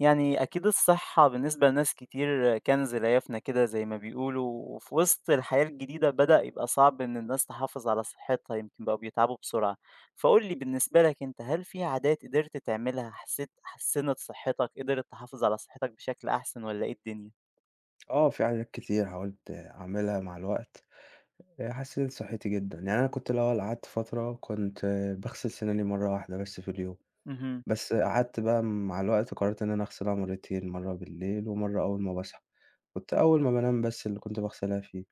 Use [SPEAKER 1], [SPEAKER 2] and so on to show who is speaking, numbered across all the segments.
[SPEAKER 1] يعني أكيد الصحة بالنسبة لناس كتير كنز لا يفنى كده زي ما بيقولوا، وفي وسط الحياة الجديدة بدأ يبقى صعب إن الناس تحافظ على صحتها يمكن بقوا بيتعبوا بسرعة، فقُل لي بالنسبة لك أنت هل في عادات قدرت تعملها حسيت حسّنت صحتك، قدرت تحافظ على صحتك بشكل أحسن والّا إيه الدنيا؟
[SPEAKER 2] آه، في حاجات كتير حاولت أعملها مع الوقت. حسِّنت صحّتي جدًا. يعني أنا كنت الأول قعدت فترة كنت باغسل سِناني مرّة واحدة بس في اليوم،
[SPEAKER 1] اهم.
[SPEAKER 2] بس قعدت بقى مع الوقت قررت إن أنا أغسلها مرّتين، مرّة بالليل ومرّة أول ما باصحى، كنت أول ما بانام بس اللي كنت باغسلها فيه،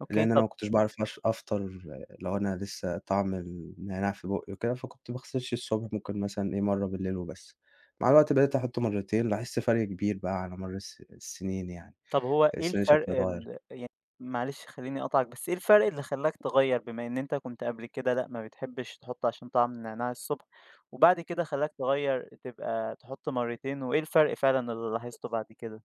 [SPEAKER 1] أوكي
[SPEAKER 2] لإن أنا ما
[SPEAKER 1] طَب.
[SPEAKER 2] كنتش باعرف أش أفطر. آه، لو أنا لسه طعم النعناع في بُقّي وكده، فكنت ما باغسلش الصبح ممكن مثلًا إيه مرّة بالليل وبس. مع الوقت بقيت أحُط مرّتين لاحظت فرْق كبير بقى على مَر السنين يعني،
[SPEAKER 1] طب هو إيه
[SPEAKER 2] سناني
[SPEAKER 1] الفرق
[SPEAKER 2] شكلها اتغيّر.
[SPEAKER 1] ال يعني معلش خلّيني أقاطعك، بس إيه الفرق اللي خلّاك تغيّر بما إن أنت كنت قبل كده لأ، ما بتحبش تحط عشان طعم النعناع الصبح، وبعد كده خلّاك تغيّر تبقى تحط مرّتين، وإيه الفرق فعلًا اللي لاحظته بعد كده؟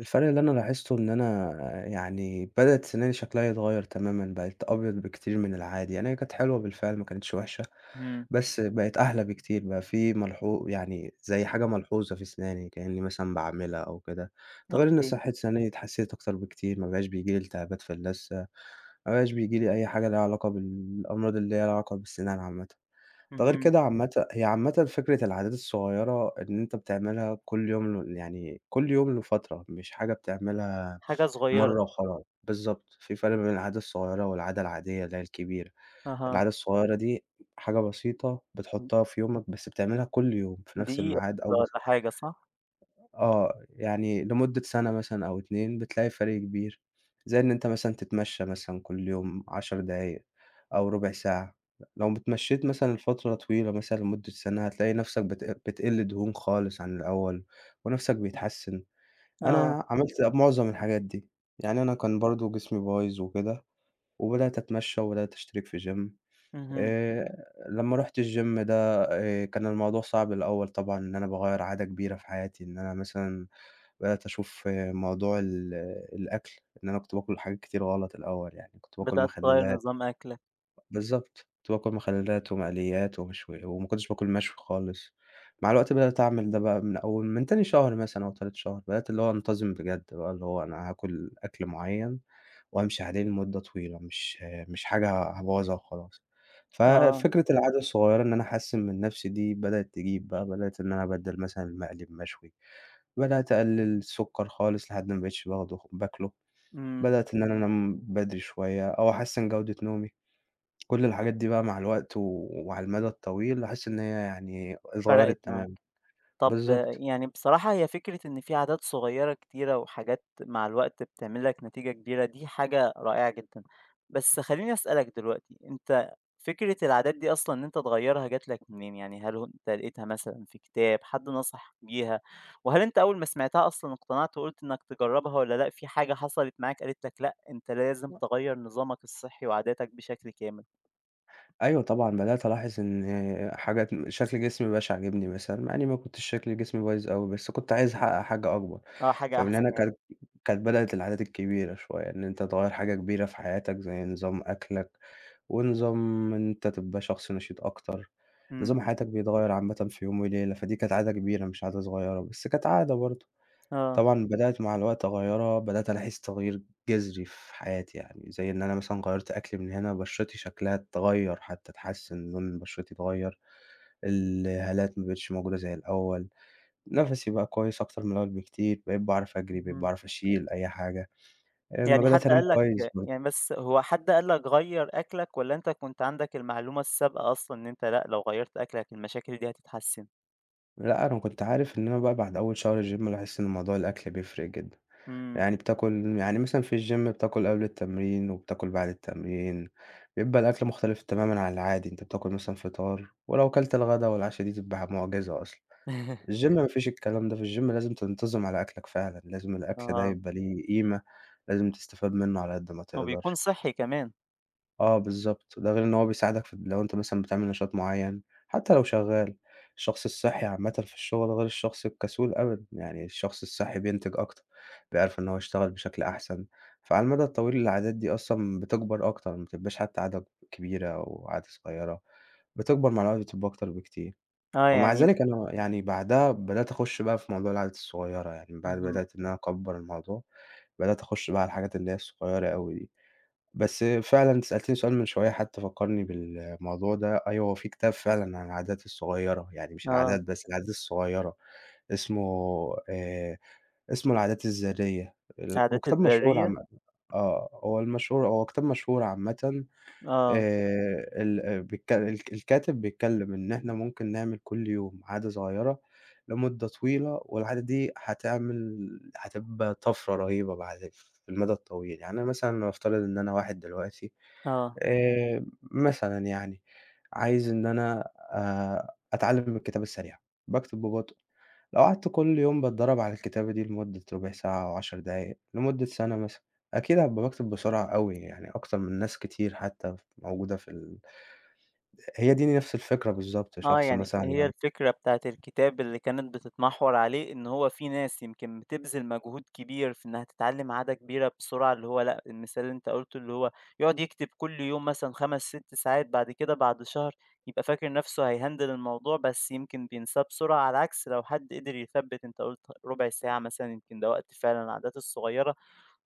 [SPEAKER 2] الفرق اللي أنا لاحظته إن أنا يعني بدأت سِناني شكلها يتغيّر تمامًا، بقت أبيض بكتير من العادي، يعني هي كانت حلوة بالفعل ما كانتش وحشة،
[SPEAKER 1] إمم.
[SPEAKER 2] بس بقت أحلى بكتير، بقى في ملحو يعني زي حاجة ملحوظة في سِناني كإنّي مثلًا باعملها أو كده. ده غير إن
[SPEAKER 1] أوكي.
[SPEAKER 2] صحّة سِناني اتحسّنت أكتر بكتير، ما بقاش بييجي لي التهابات في اللثة، ما بقاش بييجي لي أي حاجة ليها علاقة بالأمراض اللي ليها علاقة بالسِنان عامةً. ده غير
[SPEAKER 1] اهم.
[SPEAKER 2] كده عامةً هي عامةً فكرة العادات الصغيرة إن أنت بتعملها كل يوم يعني كل يوم لفترة، مش حاجة بتعملها
[SPEAKER 1] حاجة صغيّرة.
[SPEAKER 2] مرّة وخلاص. بالضبط، في فرق بين العادة الصغيرة والعادة العادية اللي هي الكبيرة.
[SPEAKER 1] أها.
[SPEAKER 2] العادة الصغيرة دي حاجة بسيطة
[SPEAKER 1] د
[SPEAKER 2] بتحطها في يومك، بس بتعملها كل يوم في نفس
[SPEAKER 1] دقيقة
[SPEAKER 2] الميعاد أو
[SPEAKER 1] كده
[SPEAKER 2] بت.
[SPEAKER 1] والّا حاجة صح؟
[SPEAKER 2] آه، يعني لمدة سَنة مثلًا أو 2 بتلاقي فرق كبير، زي إن أنت مثلًا تتمشى مثلًا كل يوم 10 دقايق أو ربع ساعة. لو اتمشيت مثلًا لفترة طويلة مثلًا لمدة سَنة هتلاقي نَفْسك بتقِل دهون خالص عن الأول، ونَفْسك بيتحسّن.
[SPEAKER 1] آه.
[SPEAKER 2] أنا عملت معظم الحاجات دي، يعني أنا كان برضه جسمي بايظ وكده، وبدأت أتمشى وبدأت أشترك في gym.
[SPEAKER 1] اهم.
[SPEAKER 2] لمّا رُحت الgym ده كان الموضوع صعب الأول طبعًا إن أنا باغيّر عادة كبيرة في حياتي، إن أنا مثلًا بدأت أشوف موضوع الأكل، إن أنا كنت باكل حاجات كتير غلط الأول، يعني كنت باكل
[SPEAKER 1] بدأت تغيّر
[SPEAKER 2] مخلّلات.
[SPEAKER 1] نظام أكلك.
[SPEAKER 2] بالضبط، كنت باكل مخلّلات ومقليات ومشوي وما كنتش باكل مشوي خالص. مع الوقت بدأت أعمل ده بقى من أول من تاني شهر مثلًا أو تالت شهر، بدأت اللي هو أنتظم بجد بقى، اللي هو أنا هاكل أكل معيّن وأمشي عليه لمدة طويلة، مش حاجة هابوظها وخلاص.
[SPEAKER 1] آه.
[SPEAKER 2] ففكرة العادة الصغيّرة إن أنا أحسّن من نَفْسي دي بدأت تجيب بقى، بدأت إن أنا أبدّل مثلًا المقلي بمشوي. بدأت أقلل السكر خالص لحد ما ما بقيتش باخده باكله،
[SPEAKER 1] إمم.
[SPEAKER 2] بدأت إن أنا أنام بدري شوية أو أحسّن جودة نومي. كل الحاجات دي بقى مع الوقت وعلى المدى الطويل أحس إن هي يعني
[SPEAKER 1] فرقت
[SPEAKER 2] اتغيّرت
[SPEAKER 1] معاك.
[SPEAKER 2] تمامًا.
[SPEAKER 1] طب
[SPEAKER 2] بالضبط.
[SPEAKER 1] يعني بصراحة هي فكرة إن في عادات صغيرة كتيرة وحاجات مع الوقت بتعمل لك نتيجة كبيرة دي حاجة رائعة جدًا. بس خلّيني أسألك دلوقتي، أنت فكرة العادات دي أصلًا إن أنت تغيّرها جات لك منين؟ يعني هل هو أنت لقيتها مثلًا في كتاب، حد نصحك بيها؟ وهل أنت أول ما سمعتها أصلًا اقتنعت وقُلت إنك تجرّبها والّا لأ، في حاجة حصلت معاك قالت لك لأ، أنت لازم تغيّر نظامك الصحي وعاداتك بشكل كامل؟
[SPEAKER 2] أيوه طبعًا، بدأت ألاحظ إن حاجات شكل جسمي ما بقاش عاجبني مثلًا، مع إني ما كنتش شكل جسمي بايظ أوي، بس كنت عايز أحقق حاجة أكبر.
[SPEAKER 1] آه، حاجة
[SPEAKER 2] فمن هنا
[SPEAKER 1] أحسن يعني؟
[SPEAKER 2] كانت بدأت العادات الكبيرة شوية، إن أنت تغيّر حاجة كبيرة في حياتك زي نظام أكلك ونظام إن أنت تبقى شخص نشيط أكتر.
[SPEAKER 1] إمم.
[SPEAKER 2] نظام حياتك بيتغيّر عامةً في يوم وليلة، فدي كانت عادة كبيرة مش عادة صغيّرة، بس كانت عادة برضه.
[SPEAKER 1] آه.
[SPEAKER 2] طبعًا بدأت مع الوقت أغيّرها، بدأت ألاحظ تغيير جذري في حياتي يعني، زي إن أنا مثلًا غيّرت أكلي من هنا، بشرتي شكلها اتغيّر حتى اتحسّن، لون بشرتي اتغيّر، الهالات ما بقتش موجودة زي الأول، نَفَسي بقى كويس أكتر من الأول بكتير، بقيت باعرف أجري، بقيت
[SPEAKER 1] اهم.
[SPEAKER 2] باعرف أشيل أي حاجة. أمّا
[SPEAKER 1] يعني حد
[SPEAKER 2] بدأت أنام
[SPEAKER 1] قال لك
[SPEAKER 2] كويس ب.
[SPEAKER 1] يعني بس هو حد قال لك غيّر أكلك والّا أنت كنت عندك المعلومة السابقة أصلًا إن أنت لأ، لو غيّرت أكلك المشاكل دي هتتحسن؟
[SPEAKER 2] لأ، أنا كنت عارف إن أنا بقى بعد أول شهر جيم لاحظت إن موضوع الأكل بيفرق جدًا.
[SPEAKER 1] إمم.
[SPEAKER 2] يعني بتاكل يعني مثلًا في الجيم بتاكل قبل التمرين وبتاكل بعد التمرين، بيبقى الأكل مختلف تمامًا عن العادي، أنت بتاكل مثلًا فطار ولو كلت الغدا والعشا دي تبقى معجزة أصلًا. الجيم ما فيش الكلام ده، في الجيم لازم تنتظم على أكلك فعلًا، لازم الأكل ده
[SPEAKER 1] آه.
[SPEAKER 2] يبقى ليه قيمة، لازم تستفاد منه على قد ما
[SPEAKER 1] وبيكون
[SPEAKER 2] تقدر.
[SPEAKER 1] صحّي كمان.
[SPEAKER 2] آه بالضبط، ده غير إن هو بيساعدك في لو أنت مثلًا بتعمل نشاط معيّن، حتى لو شغّال. الشخص الصحّي عامةً في الشغل غير الشخص الكسول أبدًا، يعني الشخص الصحّي بينتج أكتر، بيعرف إن هو يشتغل بشكل أحسن. فعلى المدى الطويل العادات دي أصلًا بتكبر أكتر، ما بتبقاش حتى عادة كبيرة أو عادة صغيّرة، بتكبر مع الوقت بتبقى أكتر بكتير.
[SPEAKER 1] آه،
[SPEAKER 2] ومع
[SPEAKER 1] يعني.
[SPEAKER 2] ذلك أنا يعني بعدها بدأت أخُش بقى في موضوع العادات الصغيّرة، يعني من بعد
[SPEAKER 1] اهم.
[SPEAKER 2] بدأت إن أنا أكبّر الموضوع، بدأت أخُش بقى على الحاجات اللي هي الصغيّرة أوي دي. بس فعلًا أنت سألتني سؤال من شوية حتى فكّرني بالموضوع ده، أيوه هو في كتاب فعلًا عن العادات الصغيّرة، يعني مش العادات
[SPEAKER 1] آه.
[SPEAKER 2] بس، العادات الصغيّرة، اسمه آآ اسمه العادات الذرية. هو
[SPEAKER 1] العادات
[SPEAKER 2] كتاب مشهور
[SPEAKER 1] الذرية.
[SPEAKER 2] عامةً. آه، هو كتاب مشهور عامةً.
[SPEAKER 1] آه.
[SPEAKER 2] ال بيتك الك الكاتب بيتكلّم إن إحنا ممكن نعمل كل يوم عادة صغيّرة لمدة طويلة، والعادة دي هتبقى طفرة رهيبة بعد في المدى الطويل. يعني أنا مثلًا نفترض إن أنا واحد دلوقتي
[SPEAKER 1] آه.
[SPEAKER 2] مثلًا يعني عايز إن أنا أتعلّم الكتابة السريعة، باكتب ببطء. لو قعدت كل يوم باتدرب على الكتابة دي لمدة ربع ساعة أو 10 دقايق لمدة سنة مثلًا، أكيد هابقى باكتب بسرعة أوي يعني أكتر من ناس كتير حتى ف موجودة في ال. هي دي نفس الفكرة بالضبط،
[SPEAKER 1] آه،
[SPEAKER 2] شخص
[SPEAKER 1] يعني
[SPEAKER 2] مثلًا
[SPEAKER 1] هي
[SPEAKER 2] يعني
[SPEAKER 1] الفكرة بتاعة الكتاب اللي كانت بتتمحور عليه إن هو في ناس يمكن بتبذل مجهود كبير في إنها تتعلم عادة كبيرة بسرعة، اللي هو لأ، المثال اللي أنت قُلته اللي هو يقعد يكتب كل يوم مثلًا 5، 6 ساعات، بعد كده بعد شهر يبقى فاكر نَفْسه هيهندل الموضوع، بس يمكن بينساه بسرعة، على عكس لو حد قدر يثبِّت أنت قُلت ربع ساعة مثلًا، يمكن ده وقت فعلًا العادات الصغيرة.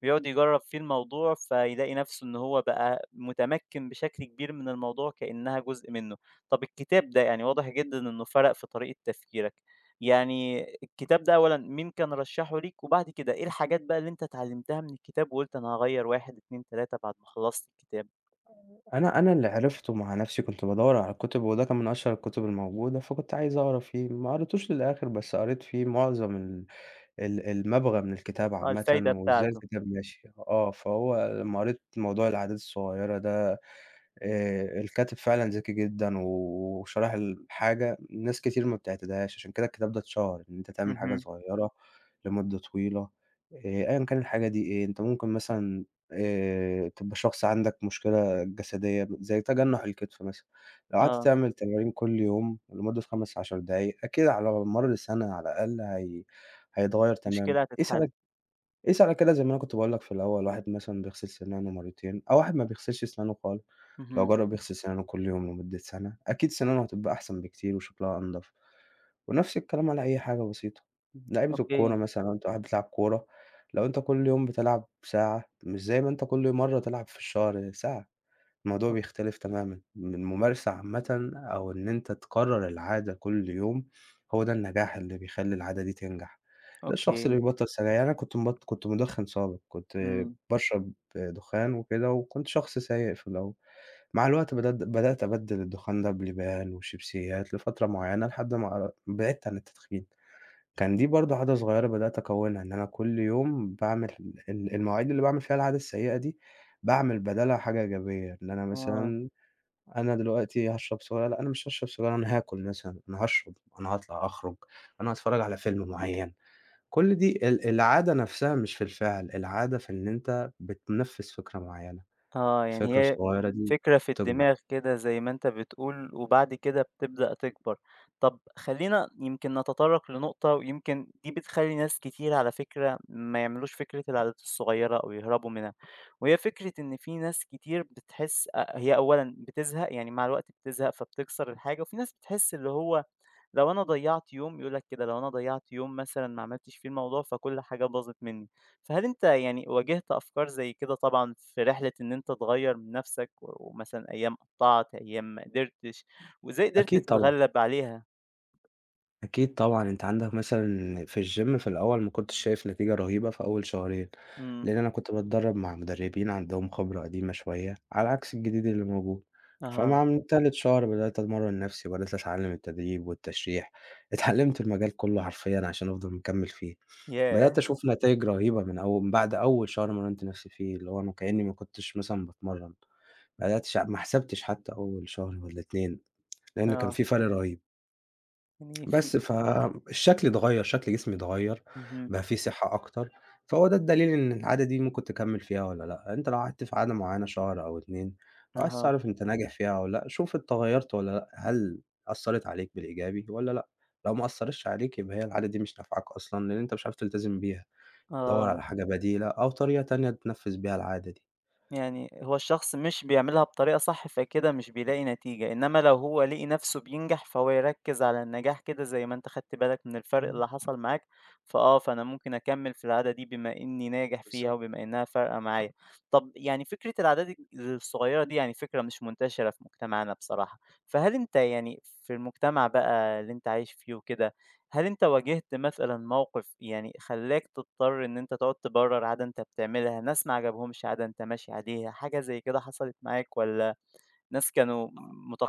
[SPEAKER 1] ويقعد يجرّب فيه الموضوع، فيلاقي نَفْسه إن هو بقى متمكِّن بشكل كبير من الموضوع كإنّها جزء منّه. طَب الكتاب ده، يعني واضح جدًا إنه فرَق في طريقة تفكيرك. يعني الكتاب ده أولًا مين كان رشّحه ليك؟ وبعد كده إيه الحاجات بقى اللي أنت اتعلِّمتها من الكتاب وقُلت أنا هاغيّر 1، 2، 3 بعد ما خلّصت الكتاب؟
[SPEAKER 2] أنا اللي عرفته مع نفسي كنت بادوّر على الكتب وده كان من أشهر الكتب الموجودة، فكنت عايز أقرا فيه ما قريتوش للآخر بس قريت فيه معظم ال المبغى من الكتاب
[SPEAKER 1] آه،
[SPEAKER 2] عامةً
[SPEAKER 1] الفايدة
[SPEAKER 2] وإزاي
[SPEAKER 1] بتاعته.
[SPEAKER 2] الكتاب ماشي. آه، فهو لمّا قريت موضوع العادات الصغيرة ده الكاتب فعلًا ذكي جدًا وشرح الحاجة ناس كتير ما بتعتدهاش، عشان كده الكتاب ده اتشهر، إن أنت تعمل حاجة
[SPEAKER 1] اهم.
[SPEAKER 2] صغيرة لمدة طويلة. آآ أيًا كان الحاجة دي إيه، أنت ممكن مثلًا تبقى شخص عندك مشكلة جسدية زي تجنُّح الكتف مثلًا، لو قعدت
[SPEAKER 1] آه.
[SPEAKER 2] تعمل تمارين كل يوم لمدة 15، 10 دقايق، أكيد على مر السنة على الأقل هيتغيّر تمامًا.
[SPEAKER 1] مشكلة
[SPEAKER 2] قيس
[SPEAKER 1] هتتحل.
[SPEAKER 2] على قيس على كده زي ما أنا كنت باقول لك في الأول، واحد مثلًا بيغسل سنانه مرتين أو واحد ما بيغسلش سنانه خالص، لو
[SPEAKER 1] اهم.
[SPEAKER 2] جرّب يغسل سنانه كل يوم لمدة سَنة، أكيد سنانه هتبقى أحسن بكتير وشكلها أنضف، ونفس الكلام على أي حاجة بسيطة. لعيبة الكورة
[SPEAKER 1] أوكي.
[SPEAKER 2] مثلًا لو أنت واحد بتلعب كورة، لو أنت كل يوم بتلعب ساعة، مش زي ما أنت كل مرّة تلعب في الشهر ساعة. الموضوع
[SPEAKER 1] أوك
[SPEAKER 2] بيختلف تمامًا، من الممارسة عامةً أو إن أنت تكرّر العادة كل يوم، هو ده النجاح اللي بيخلّي العادة دي تنجح. ده الشخص اللي
[SPEAKER 1] أوكي،
[SPEAKER 2] بيبطّل سجاير، يعني أنا كنت مدخن سابق، كنت
[SPEAKER 1] إمم.
[SPEAKER 2] باشرب دخان وكده، وكنت شخص سيء في الأول. مع الوقت بدأت أبدّل الدخان ده بلبان وشيبسيات لفترة معينة لحد ما بعدت عن التدخين. كان دي برضه عادة صغيّرة بدأت أكوّنها، إن أنا كل يوم باعمل المواعيد اللي باعمل فيها العادة السيئة دي، باعمل بدالها حاجة إيجابية، إن أنا
[SPEAKER 1] آه.
[SPEAKER 2] مثلًا أنا دلوقتي هاشرب سيجارة، لأ أنا مش هاشرب سيجارة، أنا هاكل مثلًا، أنا هاشرب، أنا هاطلع أخرج، أنا هاتفرّج على فيلم معيّن. كل دي العادة نَفْسها مش في الفعل، العادة في إن أنت بتنفّذ فكرة معيّنة،
[SPEAKER 1] آه،
[SPEAKER 2] الفكرة
[SPEAKER 1] يعني هي
[SPEAKER 2] الصغيّرة دي
[SPEAKER 1] فكرة في
[SPEAKER 2] بتكبر.
[SPEAKER 1] الدماغ كده زي ما أنت بتقول، وبعد كده بتبدأ تكبر. طب خلّينا يمكن نتطرّق لنقطة ويمكن دي بتخلّي ناس كتير على فكرة ما يعملوش فكرة العادات الصغيّرة أو يهربوا منها، وهي فكرة إن في ناس كتير بتحس هي أولًا بتزهق، يعني مع الوقت بتزهق فبتكسر الحاجة، وفي ناس بتحس اللي هو لو أنا ضيّعت يوم يقول لك كده، لو أنا ضيّعت يوم مثلًا ما عملتش فيه الموضوع فكل حاجة باظت منّي، فهل أنت يعني واجهت أفكار زي كده طبعًا في رحلة إن أنت تغيّر من نَفْسك و ومثلًا أيام قطّعت، أيام ما قدرتش، وإزاي قدرت
[SPEAKER 2] أكيد طبعًا.
[SPEAKER 1] تتغلّب عليها؟
[SPEAKER 2] أكيد طبعًا، أنت عندك مثلًا في الgym في الأول ما كنتش شايف نتيجة رهيبة في أول شهرين،
[SPEAKER 1] إمم.
[SPEAKER 2] لإن أنا كنت باتدرب مع مدربين عندهم خبرة قديمة شوية، على عكس الجديد اللي موجود.
[SPEAKER 1] أها.
[SPEAKER 2] فمع من تالت شهر بدأت أتمرن نفسي، وبدأت أتعلم التدريب والتشريح، اتعلمت المجال كله حرفيًا عشان أفضل مكمل فيه. بدأت
[SPEAKER 1] ياه!
[SPEAKER 2] أشوف نتايج رهيبة من أو من بعد أول شهر مرنت نفسي فيه، اللي هو أنا كأني ما كنتش مثلًا باتمرن، ما بدأتش ما حسبتش حتى أول شهر والّا 2 لإن كان
[SPEAKER 1] آه،
[SPEAKER 2] في فرق رهيب.
[SPEAKER 1] يعني في.
[SPEAKER 2] بس فالشكل اتغيّر، شكل جسمي اتغيّر،
[SPEAKER 1] اهم.
[SPEAKER 2] بقى في صحة أكتر. فهو ده الدليل إن العادة دي ممكن تكمّل فيها والّا لأ، أنت لو قعدت في عادة معيّنة شهر أو 2 وعايز
[SPEAKER 1] أها.
[SPEAKER 2] تعرف أنت ناجح فيها والّا لأ، شوف أنت غيّرت والّا لأ، هل أثّرت عليك بالإيجابي والّا لأ، لو ما أثّرتش عليك يبقى هي العادة دي مش نافعاك أصلًا، لإن أنت مش عارف تلتزم بيها. دَوّر
[SPEAKER 1] آه.
[SPEAKER 2] على حاجة بديلة أو طريقة تانية تنفّذ بيها العادة دي.
[SPEAKER 1] يعني هو الشخص مش بيعملها بطريقة صح فكده مش بيلاقي نتيجة إنما لو هو لقي نفسه بينجح فهو يركز على النجاح كده زي ما أنت خدت بالك من الفرق
[SPEAKER 2] إمم،
[SPEAKER 1] اللي حصل معاك فأنا ممكن أكمل في العادة دي بما إني ناجح فيها
[SPEAKER 2] بالضبط.
[SPEAKER 1] وبما إنها فارقة معايا. طب يعني فكرة العادات الصغيرة دي يعني فكرة مش منتشرة في مجتمعنا بصراحة، فهل أنت يعني في المجتمع بقى اللي أنت عايش فيه وكده هل أنت واجهت مثلًا موقف يعني خلّاك تضطر إن أنت تقعد تبرر عادة أنت بتعملها، ناس ما عجبهمش عادة أنت ماشي عليها، حاجة زي كده حصلت معاك والّا ناس كانوا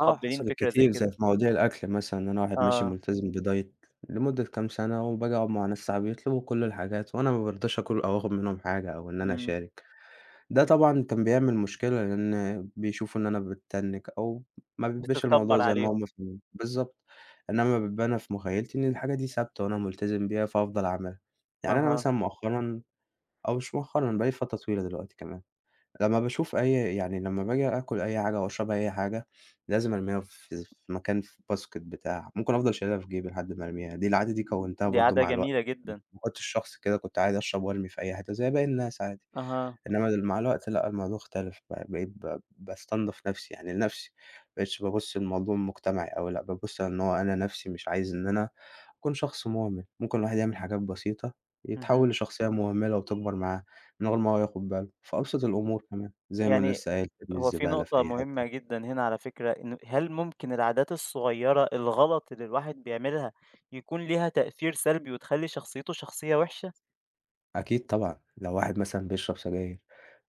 [SPEAKER 2] آه، حصلت
[SPEAKER 1] فكرة زي
[SPEAKER 2] كتير
[SPEAKER 1] كده؟
[SPEAKER 2] زي في مواضيع الأكل مثلًا، إن أنا واحد ماشي
[SPEAKER 1] آه.
[SPEAKER 2] ملتزم بدايت لمدة كام سَنة، وباجي أقعد مع ناس صحابي يطلبوا كل الحاجات، وأنا ما بارضاش آكل أو آخد منهم حاجة أو إن أنا
[SPEAKER 1] إمم.
[SPEAKER 2] أشارك. ده طبعًا كان بيعمل مشكلة، لإن بيشوفوا إن أنا باتنِّك أو ما بيبقاش الموضوع
[SPEAKER 1] بتتكبر
[SPEAKER 2] زي ما هو
[SPEAKER 1] عليهم.
[SPEAKER 2] مفهوم. بالضبط، إنما بابقى أنا في مخيلتي إن الحاجة دي ثابتة وأنا ملتزم بيها، فافضل أعملها. يعني أنا
[SPEAKER 1] أها.
[SPEAKER 2] مثلًا مؤخرًا أو مش مؤخرًا، بقى لي فترة طويلة دلوقتي كمان لمّا باشوف أي يعني لمّا باجي آكل أي حاجة أو أشرب أي حاجة، لازم أرميها في مكان في باسكت بتاع، ممكن أفضل شايلها في جيبي لحد ما أرميها، دي العادة دي كوّنتها
[SPEAKER 1] دي
[SPEAKER 2] برضه
[SPEAKER 1] عادة
[SPEAKER 2] مع الوقت.
[SPEAKER 1] جميلة جدًا.
[SPEAKER 2] ما كنتش شخص كده كنت عادي أشرب وأرمي في أي حتة زي باقي الناس عادي،
[SPEAKER 1] أها.
[SPEAKER 2] إنما مع الوقت لأ، الموضوع اختلف بقى بقيت باستنضف نفسي يعني لنفسي، ما بقيتش بابُص للموضوع مجتمعي أوي لأ، بابُص إن هو أنا نفسي مش عايز إن أنا يكون شخص مهمل. ممكن الواحد يعمل حاجات بسيطة يتحول
[SPEAKER 1] اهم.
[SPEAKER 2] لشخصية مهملة وتكبر معاه من غير ما هو ياخد باله، في أبسط الأمور كمان، زي ما أنا
[SPEAKER 1] يعني
[SPEAKER 2] لسه قايل ترمي
[SPEAKER 1] هو في
[SPEAKER 2] الزبالة في
[SPEAKER 1] نقطة
[SPEAKER 2] أي حتة.
[SPEAKER 1] مهمة جدًا هنا على فكرة، إن هل ممكن العادات الصغيرة الغلط اللي الواحد بيعملها يكون ليها تأثير سلبي وتخلّي شخصيته شخصية وحشة؟
[SPEAKER 2] أكيد طبعًا، لو واحد مثلًا بيشرب سجاير،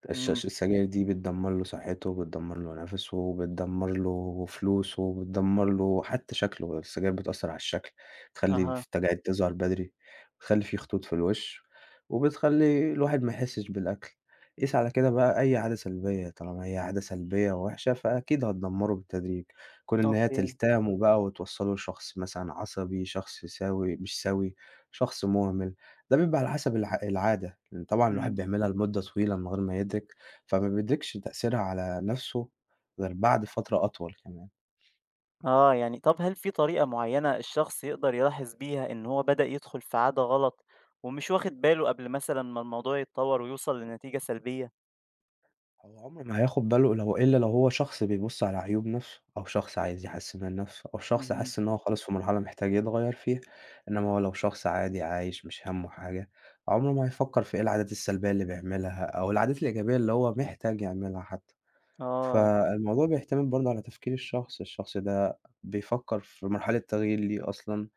[SPEAKER 2] الش
[SPEAKER 1] إمم.
[SPEAKER 2] الش السجاير دي بتدمّر له صحته، بتدمّر له نَفَسه، بتدمّر له فلوسه، بتدمّر له حتى شكله، السجاير بتأثّر على الشكل، بتخلّي
[SPEAKER 1] أها.
[SPEAKER 2] التجاعيد تظهر بدري، بتخلّي في خطوط في الوش، وبتخلّي الواحد ما يحسّش بالأكل. قيس على كده بقى أي عادة سلبية، طالما هي عادة سلبية ووحشة فأكيد هتدمّره بالتدريج، كون إن هي
[SPEAKER 1] أوكي.
[SPEAKER 2] تلتئمه بقى وتوصّله لشخص مثلًا عصبي، شخص سوي مش سوي، شخص مهمل. ده بيبقى على حسب العادة، لإن طبعًا الواحد
[SPEAKER 1] إمم.
[SPEAKER 2] بيعملها لمدة طويلة من غير ما يدرك، فما بيدركش تأثيرها على نَفْسه غير بعد فترة أطول كمان.
[SPEAKER 1] آه، يعني طَب هل في طريقة معيّنة الشخص يقدر يلاحظ بيها إن هو بدأ يدخل في عادة غلط ومش واخد باله قبل مثلًا ما الموضوع يتطوّر ويوصل لنتيجة سلبية؟
[SPEAKER 2] هو عمره ما هياخد باله لو إيه إلا لو هو شخص بيبُص على عيوب نَفْسه، أو شخص عايز يحسّن من نَفْسه، أو شخص
[SPEAKER 1] اهم.
[SPEAKER 2] حاسس إن هو خلاص في مرحلة محتاج يتغيّر فيها، إنما هو لو شخص عادي عايش مش هَمّه حاجة، عمره ما هيفكّر في إيه العادات السلبية اللي بيعملها أو العادات الإيجابية اللي هو محتاج يعملها حتى.
[SPEAKER 1] آه.
[SPEAKER 2] فالموضوع بيعتمد برضه على تفكير الشخص، الشخص ده بيفكّر في مرحلة تغيير ليه أصلًا،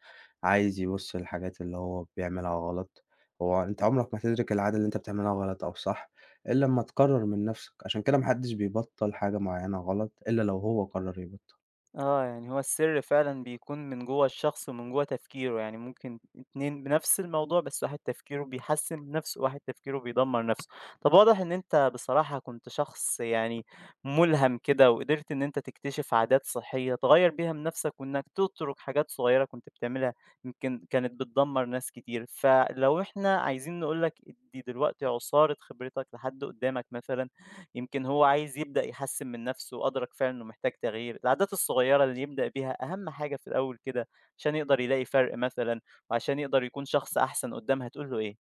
[SPEAKER 2] عايز يبُص للحاجات اللي هو بيعملها غلط، هو أنت عمرك ما هتدرك العادة اللي أنت بتعملها غلط أو صح، إلّا أمّا تقرّر من نَفْسك، عشان كده ما حدّش بيبطّل حاجة معيّنة غلط إلّا لو هو قرّر يبطّلها.
[SPEAKER 1] آه، يعني هو السر فعلًا بيكون من جوّه الشخص ومن جوّه تفكيره، يعني ممكن 2 بنفس الموضوع بس واحد تفكيره بيحسّن من نفسه، وواحد تفكيره بيدمّر نفسه. طب واضح إن أنت بصراحة كنت شخص يعني مُلهم كده، وقدرت إن أنت تكتشف عادات صحية تغيّر بيها من نفسك، وإنك تترك حاجات صغيّرة كنت بتعملها يمكن كانت بتدمّر ناس كتير. فلو إحنا عايزين نقول لك ادّي دلوقتي عُصارة خبرتك لحد قدّامك مثلًا يمكن هو عايز يبدأ يحسّن من نَفْسه وأدرك فعلًا إنه محتاج تغيير، العادات الصغيّرة اللي يبدأ بيها أهَم حاجة في الأول كده، عشان يقدر يلاقي فرْق مثلًا وعشان يقدر يكون شخص أحسن قُدّام هتقول له إيه؟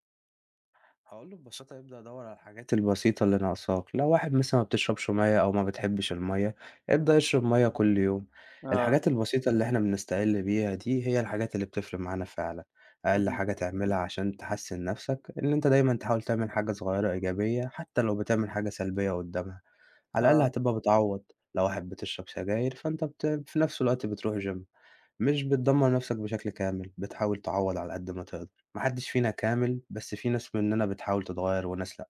[SPEAKER 2] هاقول له ببساطة يبدأ يدوّر على الحاجات البسيطة اللي ناقصاك، لو واحد مثلًا ما بتشربش مَيّة أو ما بتحبش المَيّة، ابدأ يشرب مَيّة كل يوم.
[SPEAKER 1] آه.
[SPEAKER 2] الحاجات البسيطة اللي إحنا بنستقل بيها دي هي الحاجات اللي بتفرق معانا فعلًا، أقل
[SPEAKER 1] اهم.
[SPEAKER 2] حاجة تعملها عشان تحسّن نَفْسك إن أنت دايمًا تحاول تعمل حاجة صغيرة إيجابية حتى لو بتعمل حاجة سلبية قدّامها، على الأقل
[SPEAKER 1] آه.
[SPEAKER 2] هتبقى بتعوّض. لو واحد بتشرب سجاير فأنت في نَفْس الوقت بتروح gym. مش بتدمّر نَفْسك بشكل كامل، بتحاول تعوّض على قد ما تقدر، ما حدّش فينا كامل، بس في ناس منّنا بتحاول تتغيّر وناس لأ.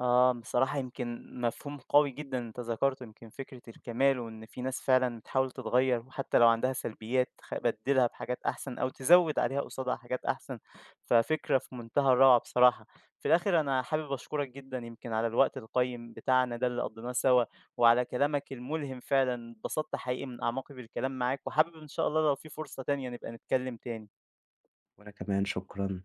[SPEAKER 1] آه، بصراحة يمكن مفهوم قوي جدًا أنت ذكرته، يمكن فكرة الكمال وإن في ناس فعلًا بتحاول تتغيّر وحتى لو عندها سلبيات بَدِّلها بحاجات أحسن أو تزوِّد عليها قصادها حاجات أحسن، ففكرة في منتهى الروعة بصراحة. في الآخر أنا حابب أشكرك جدًا يمكن على الوقت القيّم بتاعنا ده اللي قضّيناه سوا وعلى كلامك الملهم فعلًا، اتبسطت حقيقي من أعماقي بالكلام معاك وحابب إن شاء الله لو في فرصة تانية نبقى نتكلّم تاني.
[SPEAKER 2] وأنا كمان شكرًا.